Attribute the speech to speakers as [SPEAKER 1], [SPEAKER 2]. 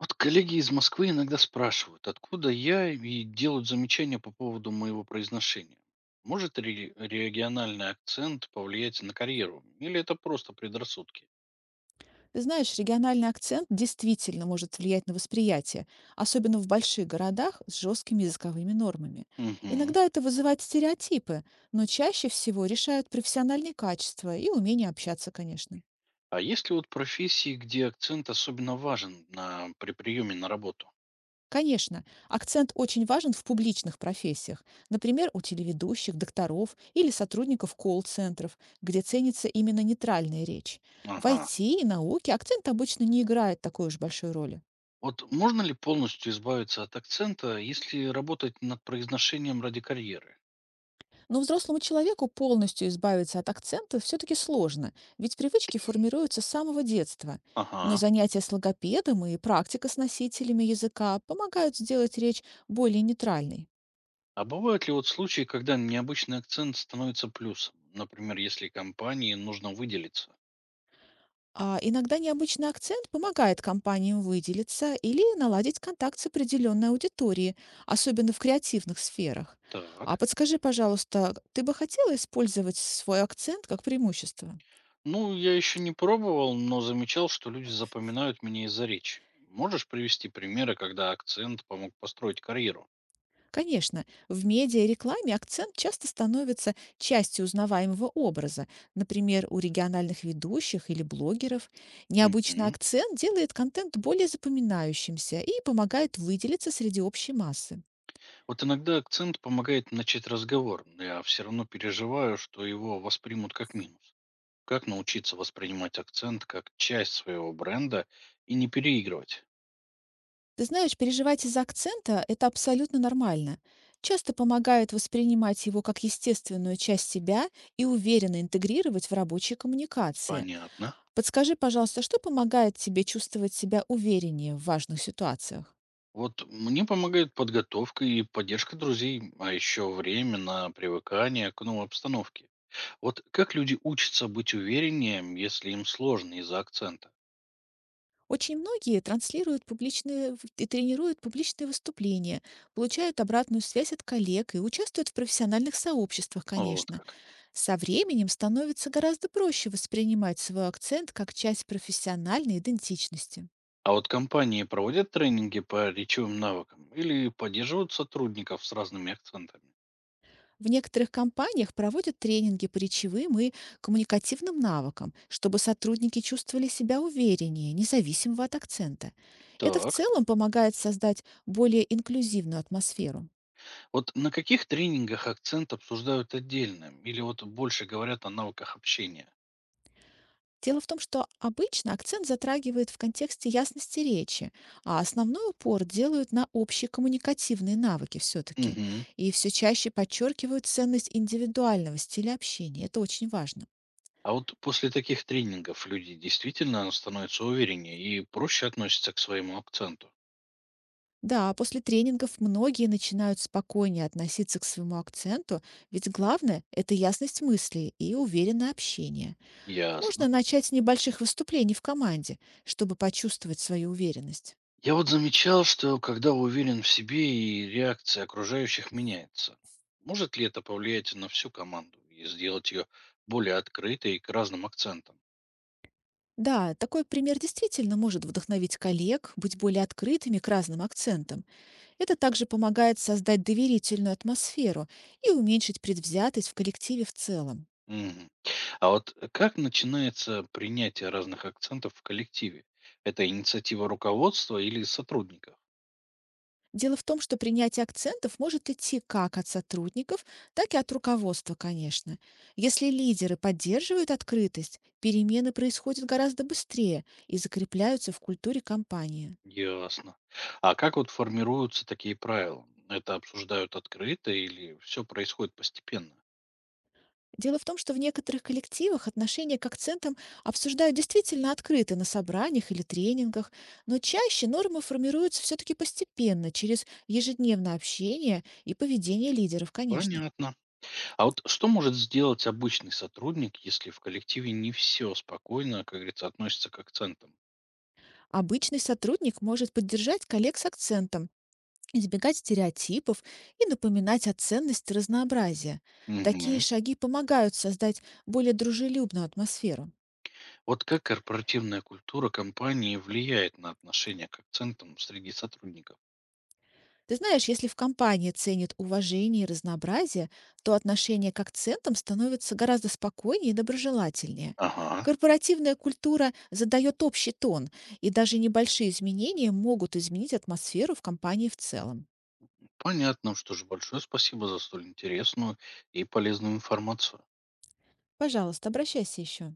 [SPEAKER 1] Вот коллеги из Москвы иногда спрашивают, откуда я, и делают замечания по поводу моего произношения. Может ли региональный акцент повлиять на карьеру? Или это просто предрассудки?
[SPEAKER 2] Ты знаешь, региональный акцент действительно может влиять на восприятие, особенно в больших городах с жесткими языковыми нормами.
[SPEAKER 1] Мгм.
[SPEAKER 2] Иногда это вызывает стереотипы, но чаще всего решают профессиональные качества и умение общаться, конечно.
[SPEAKER 1] А есть ли вот профессии, где акцент особенно важен при приеме на работу?
[SPEAKER 2] Конечно, акцент очень важен в публичных профессиях, например, у телеведущих, докторов или сотрудников колл-центров, где ценится именно нейтральная речь. В
[SPEAKER 1] Ага.
[SPEAKER 2] IT и науке акцент обычно не играет такой уж большой роли.
[SPEAKER 1] Вот можно ли полностью избавиться от акцента, если работать над произношением ради карьеры?
[SPEAKER 2] Но взрослому человеку полностью избавиться от акцента все-таки сложно, ведь привычки формируются с самого детства. Но
[SPEAKER 1] Ага.
[SPEAKER 2] занятия с логопедом и практика с носителями языка помогают сделать речь более нейтральной.
[SPEAKER 1] А бывают ли вот случаи, когда необычный акцент становится плюсом? Например, если компании нужно выделиться.
[SPEAKER 2] А иногда необычный акцент помогает компаниям выделиться или наладить контакт с определенной аудиторией, особенно в креативных сферах. А
[SPEAKER 1] Так.
[SPEAKER 2] подскажи, пожалуйста, ты бы хотела использовать свой акцент как преимущество?
[SPEAKER 1] Ну, я еще не пробовал, но замечал, что люди запоминают меня из-за речи. Можешь привести примеры, когда акцент помог построить карьеру?
[SPEAKER 2] Конечно, в медиа и рекламе акцент часто становится частью узнаваемого образа, например, у региональных ведущих или блогеров. Необычный
[SPEAKER 1] Мгм.
[SPEAKER 2] акцент делает контент более запоминающимся и помогает выделиться среди общей массы.
[SPEAKER 1] Вот иногда акцент помогает начать разговор, но я все равно переживаю, что его воспримут как минус. Как научиться воспринимать акцент как часть своего бренда и не переигрывать?
[SPEAKER 2] Ты знаешь, переживать из-за акцента– это абсолютно нормально. Часто помогает воспринимать его как естественную часть себя и уверенно интегрировать в рабочие коммуникации.
[SPEAKER 1] Понятно.
[SPEAKER 2] Подскажи, пожалуйста, что помогает тебе чувствовать себя увереннее в важных ситуациях?
[SPEAKER 1] Вот мне помогает подготовка и поддержка друзей, а еще время на привыкание к новой обстановке. Вот как люди учатся быть увереннее, если им сложно из-за акцента?
[SPEAKER 2] Очень многие транслируют и тренируют публичные выступления, получают обратную связь от коллег и участвуют в профессиональных сообществах,
[SPEAKER 1] Вот
[SPEAKER 2] конечно.
[SPEAKER 1] как.
[SPEAKER 2] Со временем становится гораздо проще воспринимать свой акцент как часть профессиональной идентичности.
[SPEAKER 1] А вот компании проводят тренинги по речевым навыкам или поддерживают сотрудников с разными акцентами?
[SPEAKER 2] В некоторых компаниях проводят тренинги по речевым и коммуникативным навыкам, чтобы сотрудники чувствовали себя увереннее, независимо от акцента. Это в
[SPEAKER 1] Так.
[SPEAKER 2] целом помогает создать более инклюзивную атмосферу.
[SPEAKER 1] Вот на каких тренингах акцент обсуждают отдельно или вот больше говорят о навыках общения?
[SPEAKER 2] Дело в том, что обычно акцент затрагивает в контексте ясности речи, а основной упор делают на общие коммуникативные навыки все-таки.
[SPEAKER 1] Угу.
[SPEAKER 2] И все чаще подчеркивают ценность индивидуального стиля общения. Это очень важно.
[SPEAKER 1] А вот после таких тренингов люди действительно становятся увереннее и проще относятся к своему акценту.
[SPEAKER 2] Да, после тренингов многие начинают спокойнее относиться к своему акценту, ведь главное– это ясность мыслей и уверенное общение.
[SPEAKER 1] Ясно.
[SPEAKER 2] Можно начать с небольших выступлений в команде, чтобы почувствовать свою уверенность.
[SPEAKER 1] Я вот замечал, что когда уверен в себе и реакция окружающих меняется, может ли это повлиять на всю команду и сделать ее более открытой к разным акцентам?
[SPEAKER 2] Да, такой пример действительно может вдохновить коллег быть более открытыми к разным акцентам. Это также помогает создать доверительную атмосферу и уменьшить предвзятость в коллективе в целом.
[SPEAKER 1] Мгм. А вот как начинается принятие разных акцентов в коллективе? Это инициатива руководства или сотрудников?
[SPEAKER 2] Дело в том, что принятие акцентов может идти как от сотрудников, так и от руководства, конечно. Если лидеры поддерживают открытость, перемены происходят гораздо быстрее и закрепляются в культуре компании.
[SPEAKER 1] Ясно. А как вот формируются такие правила? Это обсуждают открыто или все происходит постепенно?
[SPEAKER 2] Дело в том, что в некоторых коллективах отношение к акцентам обсуждают действительно открыто на собраниях или тренингах, но чаще нормы формируются все-таки постепенно, через ежедневное общение и поведение лидеров, конечно.
[SPEAKER 1] Понятно. А вот что может сделать обычный сотрудник, если в коллективе не все спокойно, как говорится, относятся к акцентам?
[SPEAKER 2] Обычный сотрудник может поддержать коллег с акцентом, избегать стереотипов и напоминать о ценности разнообразия. Такие
[SPEAKER 1] Мгм.
[SPEAKER 2] шаги помогают создать более дружелюбную атмосферу.
[SPEAKER 1] Вот как корпоративная культура компании влияет на отношение к акцентам среди сотрудников?
[SPEAKER 2] Ты знаешь, если в компании ценят уважение и разнообразие, то отношения к акцентам становятся гораздо спокойнее и доброжелательнее.
[SPEAKER 1] Ага,
[SPEAKER 2] Корпоративная культура задает общий тон, и даже небольшие изменения могут изменить атмосферу в компании в целом.
[SPEAKER 1] понятно. Что же, большое спасибо за столь интересную и полезную информацию.
[SPEAKER 2] Пожалуйста, обращайся еще.